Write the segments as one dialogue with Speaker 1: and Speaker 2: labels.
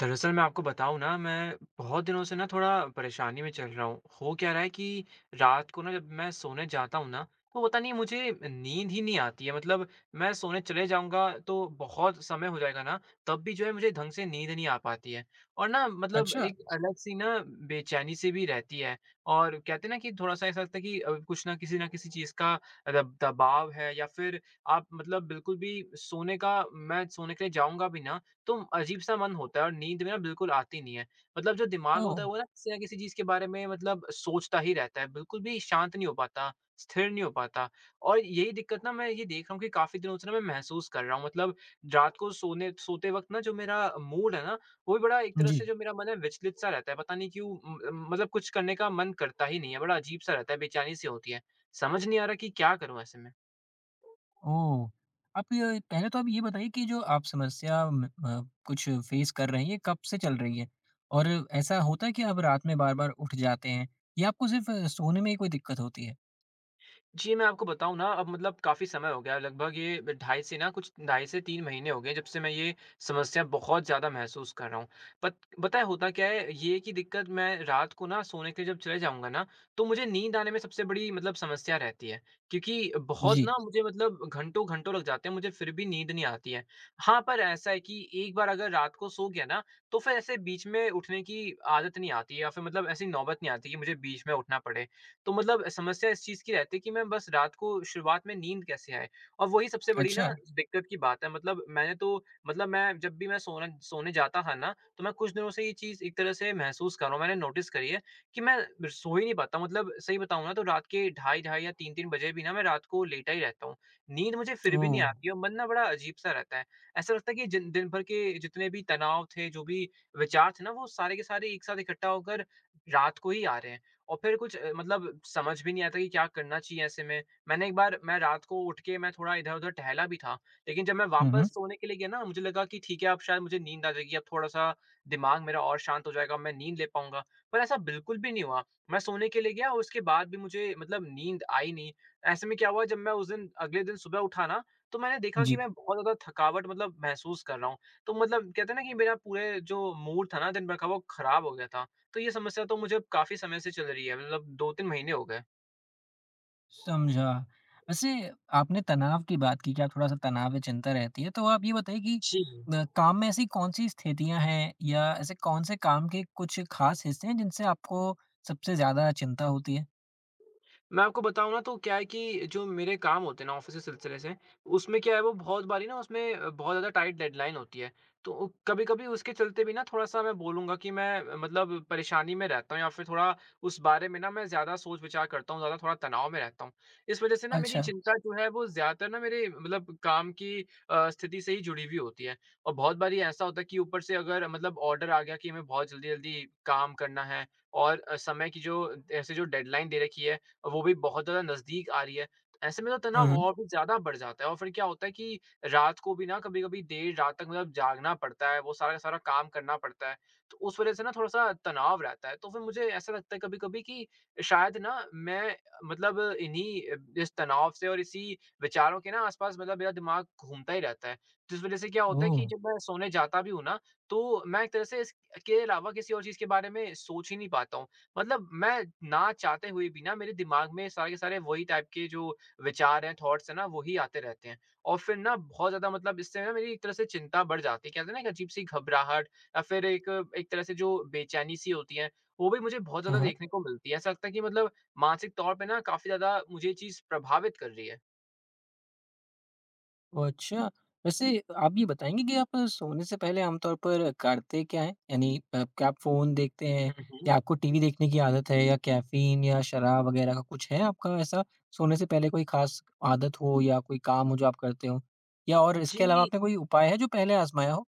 Speaker 1: दरअसल मैं आपको बताऊँ ना, मैं बहुत दिनों से ना थोड़ा परेशानी में चल रहा हूँ। हो क्या रहा है कि रात को ना जब मैं सोने जाता हूँ ना, तो पता नहीं मुझे नींद ही नहीं आती है। मतलब मैं सोने चले जाऊँगा तो बहुत समय हो जाएगा ना, तब भी जो है मुझे ढंग से नींद नहीं आ पाती है। और ना मतलब
Speaker 2: अच्छा।
Speaker 1: एक अलग-सी ना बेचैनी सी भी रहती है। और कहते हैं ना कि थोड़ा-सा ऐसा लगता है कि कुछ ना किसी चीज़ का दब दबाव है या फिर आप मतलब बिल्कुल भी सोने का मैं सोने के लिए जाऊँगा भी ना, तो अजीब-सा मन होता है और नींद में ना बिल्कुल आती नहीं है। मतलब जो दिमाग
Speaker 2: ओह!
Speaker 1: होता है वो ना किसी चीज़ के बारे में मतलब सोचता ही रहता है, बिल्कुल भी शांत नहीं हो पाता, स्थिर नहीं हो पाता। और यही दिक्कत ना मैं ये देख रहा हूँ कि काफ़ी दिनों से ना मैं महसूस कर रहा हूँ मतलब रात को सोने सोते वक़्त ना जो मेरा मूड है ना, वो भी बड़ा एक तरह से
Speaker 2: जी।
Speaker 1: जो मेरा मन है विचलित-सा रहता है। पता नहीं क्यों मतलब कुछ करने का मन करता ही नहीं है, बड़ा अजीब-सा रहता है, बेचैनी-सी होती है। समझ नहीं आ रहा कि क्या करूँ ऐसे में?
Speaker 2: ओह! आप ये पहले तो आप ये बताइए कि जो आप समस्या कुछ फेस कर रहे हैं, ये कब से चल रही है? और ऐसा होता है कि आप रात में बार-बार उठ जाते हैं या आपको सिर्फ़ सोने में ही कोई दिक्कत होती है?
Speaker 1: जी, मैं आपको बताऊँ ना अब मतलब काफ़ी समय हो गया है, लगभग ये ढाई से ना कुछ ढाई से 3 महीने हो गए हैं जब से मैं ये समस्या बहुत ज़्यादा महसूस कर रहा हूँ। पत पता है होता क्या है? ये कि दिक्कत मैं रात को ना सोने के लिए जब चले जाऊँगा ना, तो मुझे नींद आने में सबसे बड़ी मतलब समस्या रहती है। क्योंकि बहुत ना
Speaker 2: जी।
Speaker 1: मुझे मतलब घंटों-घंटों लग जाते हैं, मुझे फिर भी नींद नहीं आती है। हाँ, पर ऐसा है कि एक बार अगर रात को सो गया ना, तो फिर ऐसे बीच में उठने की आदत नहीं आती है या फिर मतलब ऐसी नौबत नहीं आती कि मुझे बीच में उठना पड़े। तो मतलब समस्या इस चीज़ की रहती है कि मैं बस रात को शुरुआत में नींद कैसे आए? और वही सबसे बड़ी ना
Speaker 2: अच्छा।
Speaker 1: दिक्कत की बात है, मतलब मैंने तो मतलब मैं जब भी मैं सोना सोने जाता था ना, तो मैं कुछ दिनों से ये चीज़ एक तरह से महसूस कर रहा हूँ, मैंने नोटिस करी है कि मैं र सो ही नहीं पाता हूँ। मतलब सही बताऊँ ना तो रात के ढाई ढाई या 3-3 बजे भी ना मैं रात को लेटा ही रहता हूँ। नींद मुझे फिर भी नहीं
Speaker 2: ओह!
Speaker 1: आती और मन ना बड़ा अजीब-सा रहता है। ऐसा लगता है कि जिन दिन भर के जितने भी तनाव थे, जो भी विचार थे ना वो सारे के सारे एक साथ इकट्ठा होकर रात को ही आ रहे हैं। और फिर कुछ मतलब समझ भी नहीं आता कि क्या करना चाहिए ऐसे में। मैंने एक बार मैं रात को उठ के मैं थोड़ा इधर-उधर टहला भी था, लेकिन जब मैं
Speaker 2: हुँ,
Speaker 1: वापस
Speaker 2: हुँ।
Speaker 1: सोने के लिए गया ना, मुझे लगा कि ठीक है, अब शायद मुझे नींद आ जाएगी, अब थोड़ा-सा दिमाग मेरा और शांत हो जाएगा, मैं नींद ले पाऊँगा। पर ऐसा बिल्कुल भी नहीं हुआ। मैं सोने के लिए गया और उसके बाद भी मुझे मतलब नींद आई नहीं। ऐसे में क्या हुआ जब मैं उस दिन, अगले दिन सुबह उठा ना, तो मैंने देखा कि
Speaker 2: जी।
Speaker 1: मैं बहुत ज़्यादा थकावट मतलब महसूस कर रहा हूँ। तो मतलब कहते हैं ना कि मेरा पूरे जो मूड था ना दिन भर का, वो खराब हो गया था। तो ये समस्या तो मुझे अब काफ़ी समय से चल रही है, मतलब 2-3 महीने हो गए।
Speaker 2: समझा। वैसे आपने तनाव की बात की कि आप थोड़ा-सा तनाव या चिंता रहती है, तो आप ये बताइए कि
Speaker 1: जी।
Speaker 2: काम में ऐसी कौन-सी स्थितियाँ हैं या ऐसे कौन-से काम के कुछ खास हिस्से हैं जिनसे आपको सबसे ज़्यादा चिंता होती है?
Speaker 1: मैं आपको बताऊँ ना तो क्या है कि जो मेरे काम होते हैं ना ऑफ़िस के सिलसिले से, उसमें क्या है, वो बहुत बारी ना उसमें बहुत ज़्यादा टाइट डेडलाइन होती है। तो कभी-कभी उसके चलते भी ना थोड़ा-सा मैं बोलूँगा कि मैं मतलब परेशानी में रहता हूँ या फिर थोड़ा उस बारे में ना मैं ज़्यादा सोच-विचार करता हूँ, ज़्यादा थोड़ा तनाव में रहता हूँ। इस वज़ह से ना मेरी
Speaker 2: अच्छा।
Speaker 1: चिंता जो है, वो ज़्यादातर ना मेरे मतलब काम की स्थिति से ही जुड़ी हुई होती है। और बहुत बारी ऐसा होता है कि ऊपर से अगर मतलब ऑर्डर आ गया कि हमें बहुत जल्दी-जल्दी काम करना है और समय की जो ऐसे जो डेडलाइन दे रखी है, वो भी बहुत ज़्यादा नज़दीक आ रही है। ऐसे में तो
Speaker 2: हुँ,
Speaker 1: तनाव
Speaker 2: हुँ।
Speaker 1: और भी ज़्यादा बढ़ जाता है और फिर क्या होता है कि रात को भी ना कभी-कभी देर रात तक मतलब जागना पड़ता है, वो सारा का सारा काम करना पड़ता है। तो उस वज़ह से ना थोड़ा-सा तनाव रहता है। तो फिर मुझे ऐसा लगता है कभी-कभी कि शायद ना मैं मतलब इन्हीं, इस तनाव से और इसी विचारों के ना आस-पास मतलब मेरा दिमाग घूमता ही रहता है। जिस वज़ह से क्या होता है
Speaker 2: ओह!
Speaker 1: कि जब मैं सोने जाता भी हूँ ना, तो मैं एक तरह से इसके अलावा किसी और चीज़ के बारे में सोच ही नहीं पाता हूँ। मतलब मैं ना चाहते हुए भी ना मेरे दिमाग में सारे के सारे वही टाइप के जो विचार हैं, थॉट्स हैं ना वही आते रहते हैं। और फिर ना बहुत ज़्यादा मतलब इससे ना मेरी एक तरह से चिंता बढ़ जाती है। कहते हैं ना, एक अजीब-सी घबराहट या फिर एक एक तरह से जो बेचैनी-सी होती है, वो भी मुझे बहुत
Speaker 2: हाँ,
Speaker 1: ज़्यादा
Speaker 2: हाँ।
Speaker 1: देखने को मिलती है। ऐसा लगता है कि मतलब मानसिक तौर पे ना काफ़ी ज़्यादा मुझे ये चीज़ प्रभावित कर रही है।
Speaker 2: ओह, अच्छा। वैसे आप ये बताएँगे कि आप सोने से पहले आमतौर पर करते क्या हैं? यानी क्या आप फ़ोन देखते
Speaker 1: हुँ,
Speaker 2: हैं
Speaker 1: हुँ।
Speaker 2: या आपको टीवी देखने की आदत है या कैफ़ीन या शराब वग़ैरह का कुछ है आपका ऐसा? सोने से पहले कोई ख़ास आदत हो या कोई काम हो जो आप करते हो? या और इसके अलावा
Speaker 1: जी।
Speaker 2: आपने कोई उपाय है जो पहले आज़माया हो?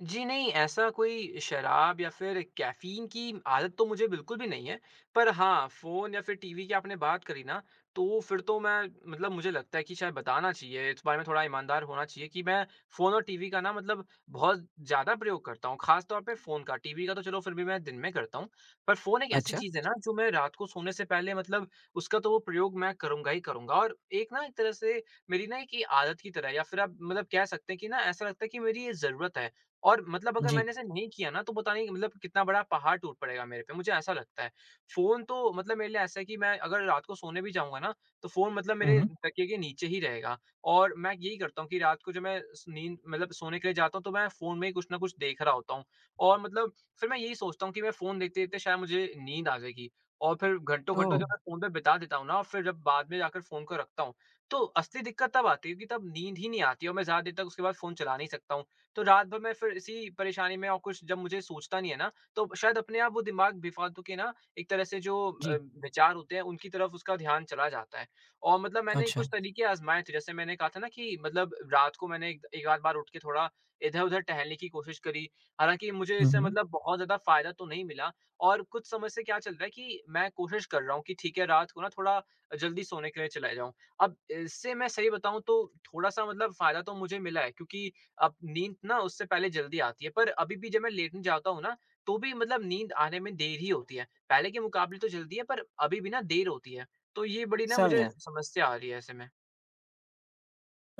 Speaker 1: जी नहीं, ऐसा कोई शराब या फिर कैफ़ीन की आदत तो मुझे बिल्कुल भी नहीं है। पर हाँ, फ़ोन या फिर टीवी की आपने बात करी ना, तो फिर तो मैं मतलब मुझे लगता है कि शायद बताना चाहिए, इस बारे में थोड़ा ईमानदार होना चाहिए कि मैं फ़ोन और टीवी का ना मतलब बहुत ज़्यादा प्रयोग करता हूँ, ख़ास तौर पे फ़ोन का। टीवी का तो चलो फिर भी मैं दिन में करता हूँ, पर फ़ोन एक ऐसी
Speaker 2: अच्छा।
Speaker 1: चीज़ है ना, जो मैं रात को सोने से पहले मतलब उसका तो वो प्रयोग मैं करूँगा ही करूँगा और एक ना एक तरह से मेरी ना एक ये आदत की तरह है या फिर आप मतलब कह सकते हैं कि ना ऐसा लगता है कि मेरी ये ज़रूरत है। और मतलब अगर
Speaker 2: जी।
Speaker 1: मैंने ऐसा नहीं किया ना, तो पता नहीं मतलब कितना बड़ा पहाड़ टूट पड़ेगा मेरे पे, मुझे ऐसा लगता है। फ़ोन तो मतलब मेरे लिए ऐसा है कि मैं अगर रात को सोने भी जाऊँगा ना, तो फ़ोन मतलब
Speaker 2: हुँ,
Speaker 1: मेरे
Speaker 2: हुँ।
Speaker 1: तकिए के नीचे ही रहेगा, और मैं यही करता हूँ कि रात को जब मैं स नींद मतलब सोने के लिए जाता हूँ, तो मैं फ़ोन में ही कुछ ना कुछ देख रहा होता हूँ और मतलब फिर मैं यही सोचता हूँ कि मैं फ़ोन देखते-देखते शायद मुझे नींद आ जाएगी। और फिर घंटों-घंटों
Speaker 2: ओह!
Speaker 1: जब मैं फ़ोन पे बिता देता हूँ ना, और फिर जब बाद में जाकर फ़ोन को रखता हूँ, तो असली दिक्कत तब आती है कि तब नींद ही नहीं आती और मैं ज़्यादा देर तक उसके बाद फ़ोन चला नहीं सकता हूँ। तो रात भर मैं फिर इसी परेशानी में, और कुछ जब मुझे सोचता नहीं है ना, तो शायद अपने आप वो दिमाग बेफ़ालतू के ना एक तरह से जो अ,
Speaker 2: जी।
Speaker 1: विचार होते हैं उनकी तरफ उसका ध्यान चला जाता है। और मतलब मैंने कुछ
Speaker 2: अच्छा।
Speaker 1: तरीके आज़माए थे, जैसे मैंने कहा था ना कि मतलब रात को मैंने एक एक आध बार उठ के थोड़ा इधर-उधर टहलने की कोशिश करी। हालाँकि मुझे
Speaker 2: हुँ,
Speaker 1: इससे
Speaker 2: हुँ।
Speaker 1: मतलब बहुत ज़्यादा फ़ायदा तो नहीं मिला, और कुछ समय से क्या चल रहा है कि मैं कोशिश कर रहा हूँ कि ठीक है, रात को ना थोड़ा जल्दी सोने के लिए चला जाऊँ। अब इससे मैं सही बताऊँ तो थोड़ा-सा मतलब फ़ायदा तो मुझे मिला है क्योंकि अब नींद ना उससे पहले जल्दी आती है, पर अभी भी जब मैं लेटने जाता हूँ ना, तो भी मतलब नींद आने में देर ही होती है। पहले के मुकाबले तो जल्दी है, पर अभी भी ना देर होती है। तो ये बड़ी ना मुझे
Speaker 2: समझा।
Speaker 1: समस्या आ रही है ऐसे में।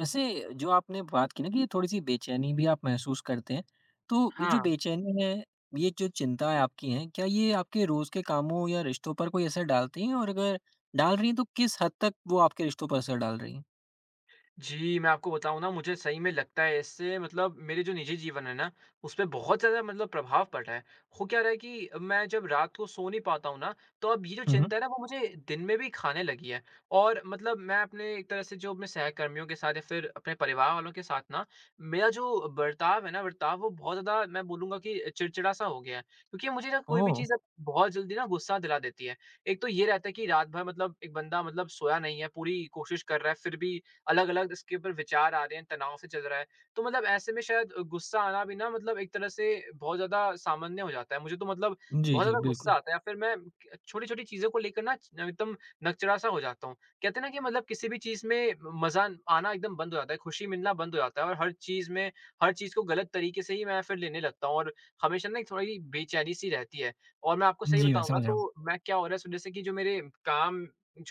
Speaker 2: वैसे जो आपने बात की ना कि ये थोड़ी-सी बेचैनी भी आप महसूस करते हैं, तो ये जो
Speaker 1: हाँ।
Speaker 2: बेचैनी है, ये जो चिंताएँ आपकी हैं, क्या ये आपके रोज़ के कामों या रिश्तों पर कोई असर डालती हैं? और अगर डाल रही हैं, तो किस हद तक वो आपके रिश्तों पर असर डाल रही हैं?
Speaker 1: जी, मैं आपको बताऊँ ना, मुझे सही में लगता है इससे मतलब मेरे जो निजी जीवन है ना, उसपे बहुत ज़्यादा मतलब प्रभाव पड़ रहा है। हो क्या रहा है कि मैं जब रात को सो नहीं पाता हूँ ना, तो अब ये जो
Speaker 2: हुँ, हुँ।
Speaker 1: चिंता है ना वो मुझे दिन में भी खाने लगी है। और मतलब मैं अपने एक तरह से जो अपने सहकर्मियों के साथ या फिर अपने परिवार वालों के साथ ना, मेरा जो बर्ताव है ना, बर्ताव वो बहुत ज़्यादा मैं बोलूँगा कि चिड़चिड़ा-सा हो गया है। क्योंकि मुझे ना कोई भी
Speaker 2: ओह!
Speaker 1: चीज़ अब बहुत जल्दी ना गुस्सा दिला देती है। एक तो ये रहता है कि रात भर मतलब एक बंदा मतलब सोया नहीं है, पूरी कोशिश कर रहा है, फिर भी अलग-अलग इसके ऊपर विचार आ रहे हैं, तनाव से चल रहा है। तो मतलब ऐसे में शायद गुस्सा आना भी ना मतलब एक तरह से बहुत ज़्यादा सामान्य हो जाता है। मुझे तो मतलब
Speaker 2: जी,
Speaker 1: बहुत
Speaker 2: जी,
Speaker 1: ज़्यादा गुस्सा
Speaker 2: बिल्कुल।
Speaker 1: आता है या फिर मैं छोटी-छोटी चीज़ों को लेकर ना एकदम नकचरा-सा हो जाता हूँ। कहते हैं ना कि मतलब किसी भी चीज़ में मज़ा आना एकदम बंद हो जाता है, खुशी मिलना बंद हो जाता है, और हर चीज़ में, हर चीज़ को गलत तरीके से ही मैं फिर लेने लगता हूँ, और हमेशा ना एक थोड़ी बेचैनी-सी रहती है। और मैं आपको सही
Speaker 2: जी, मैं
Speaker 1: बताऊँ ना,
Speaker 2: समझ रहा हूँ।
Speaker 1: तो मैं क्या हो रहा है इस वज़ह से कि जो मेरे काम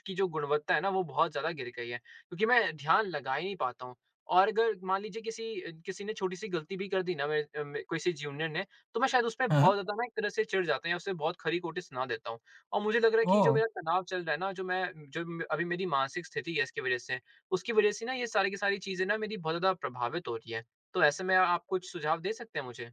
Speaker 1: की जो गुणवत्ता है ना वो बहुत ज़्यादा गिर गई है। क्योंकि मैं ध्यान लगा ही नहीं पाता हूँ, और अगर मान लीजिए किसी किसी ने छोटी-सी गलती भी कर दी ना, मेरे मे किसी जूनियर ने, तो मैं शायद उस पे
Speaker 2: हाँ,
Speaker 1: बहुत
Speaker 2: हाँ।
Speaker 1: ज़्यादा ना एक तरह से चिढ़ जाता हूँ या उसे बहुत खरी-खोटी सुना देता हूँ। और मुझे लग रहा है कि जो
Speaker 2: ओह!
Speaker 1: मेरा तनाव चल रहा है ना, जो मैं जो म अभी मेरी मानसिक स्थिति है इसकी वज़ह से, उसकी वज़ह से ना ये सारी की सारी चीज़ें ना मेरी बहुत ज़्यादा प्रभावित हो रही हैं। तो ऐसे में आप कुछ सुझाव दे सकते हैं मुझे?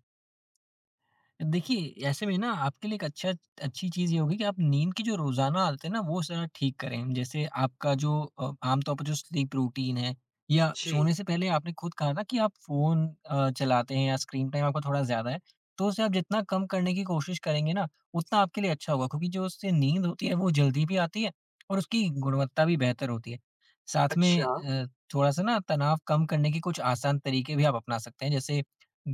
Speaker 2: देखिए, ऐसे में ना आपके लिए एक अच्छी चीज़ ये होगी कि आप नींद की जो रोज़ाना आदत है ना, वो ज़रा ठीक करें। जैसे आपका जो आम तौर पर जो स्लीप रूटीन है या
Speaker 1: जी,
Speaker 2: सोने से पहले आपने खुद कहा ना कि आप फ़ोन चलाते हैं या स्क्रीन टाइम आपका थोड़ा ज़्यादा है, तो उसे आप जितना कम करने की कोशिश करेंगे ना, उतना आपके लिए अच्छा होगा क्योंकि जो उससे नींद होती है, वो जल्दी भी आती है और उसकी गुणवत्ता भी बेहतर होती है। साथ में
Speaker 1: अच्छा,
Speaker 2: थोड़ा-सा ना तनाव कम करने के कुछ आसान तरीके भी आप अपना सकते हैं। जैसे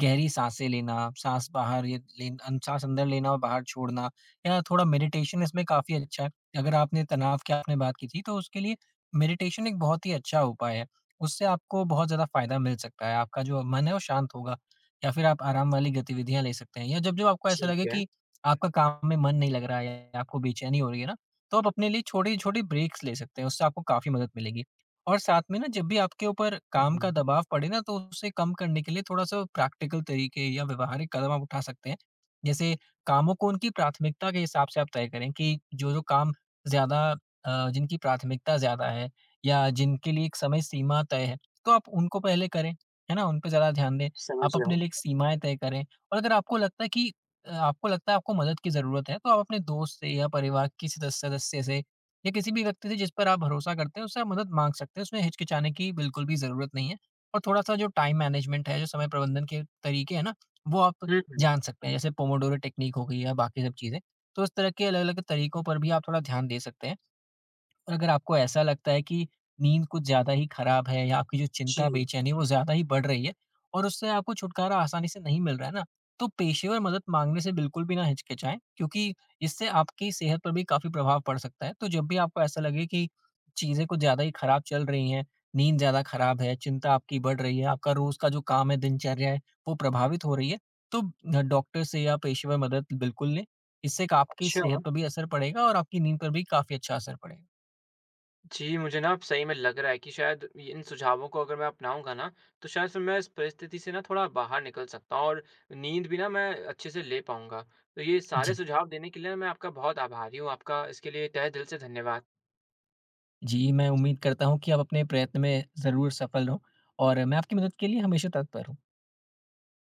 Speaker 2: गहरी साँसें लेना, साँस बाहर ये लेन अन साँस अंदर लेना और बाहर छोड़ना या थोड़ा मेडिटेशन इसमें काफ़ी अच्छा है। अगर आपने तनाव की आपने बात की थी, तो उसके लिए मेडिटेशन एक बहुत ही अच्छा उपाय है। उससे आपको बहुत ज़्यादा फ़ायदा मिल सकता है, आपका जो मन है वो शांत होगा या फिर आप आराम वाली गतिविधियाँ ले सकते हैं या जब-जब आपको ऐसा
Speaker 1: ठीक
Speaker 2: लगे
Speaker 1: है।
Speaker 2: कि आपका काम में मन नहीं लग रहा है या आपको बेचैनी हो रही है ना, तो आप अपने लिए छोटी-छोटी ब्रेक्स ले सकते हैं, उससे आपको काफ़ी मदद मिलेगी। और साथ में ना जब भी आपके ऊपर
Speaker 1: हुँ,
Speaker 2: काम का
Speaker 1: हुँ,
Speaker 2: दबाव पड़े ना तो उसे कम करने के लिए थोड़ा-सा प्रैक्टिकल तरीके या व्यवहारिक कदम आप उठा सकते हैं। जैसे कामों को उनकी प्राथमिकता के हिसाब से आप तय करें कि जो-जो काम ज़्यादा जिनकी प्राथमिकता ज़्यादा है या जिनके लिए एक समय सीमा तय है, तो आप उनको पहले करें, है ना? उन पे ज़्यादा ध्यान दें।
Speaker 1: समझ
Speaker 2: आप
Speaker 1: रहा
Speaker 2: अपने
Speaker 1: हूँ।
Speaker 2: लिए एक सीमाएँ तय करें और अगर आपको लगता है आपको मदद की ज़रूरत है तो आप अपने दोस्त से या परिवार के किसी सदस्य से या किसी भी व्यक्ति से जिस पर आप भरोसा करते हैं उससे आप मदद माँग सकते हैं, उसमें हिचकिचाने की बिल्कुल भी ज़रूरत नहीं है। और थोड़ा-सा जो टाइम मैनेजमेंट है, जो समय प्रबंधन के तरीके हैं ना, वो आप
Speaker 1: हुँ, हुँ,
Speaker 2: जान सकते हैं जैसे पोमोडोरो टेक्निक हो गई या बाकी सब चीज़ें। तो इस तरह के अलग-अलग तरीकों पर भी आप थोड़ा ध्यान दे सकते हैं। और अगर आपको ऐसा लगता है कि नींद कुछ ज़्यादा ही खराब है या आपकी जो चिंता,
Speaker 1: जी,
Speaker 2: बेचैनी है वो ज़्यादा ही बढ़ रही है और उससे आपको छुटकारा आसानी से नहीं मिल रहा है ना, तो पेशेवर मदद माँगने से बिल्कुल भी ना हिचकिचाएँ क्योंकि इससे आपकी सेहत पर भी काफ़ी प्रभाव पड़ सकता है। तो जब भी आपको ऐसा लगे कि चीज़ें कुछ ज़्यादा ही खराब चल रही हैं, नींद ज़्यादा खराब है, चिंता आपकी बढ़ रही है, आपका रोज़ का जो काम है, दिनचर्या है, वो प्रभावित हो रही है, तो डॉक्टर से या पेशेवर मदद बिल्कुल लें। इससे एक आपकी
Speaker 1: अच्छा।
Speaker 2: सेहत पर भी असर पड़ेगा और आपकी नींद पर भी काफ़ी अच्छा असर पड़ेगा।
Speaker 1: जी, मुझे ना अब सही में लग रहा है कि शायद ये, इन सुझावों को अगर मैं अपनाऊँगा ना, तो शायद फिर मैं इस परिस्थिति से ना थोड़ा बाहर निकल सकता हूँ और नींद भी ना मैं अच्छे से ले पाऊँगा। तो ये सारे
Speaker 2: जी,
Speaker 1: सुझाव देने के लिए ना मैं आपका बहुत आभारी हूँ, आपका इसके लिए तहे दिल से धन्यवाद।
Speaker 2: जी, मैं उम्मीद करता हूँ कि आप अपने प्रयत्न में ज़रूर सफल हों और मैं आपकी मदद के लिए हमेशा तत्पर हूँ।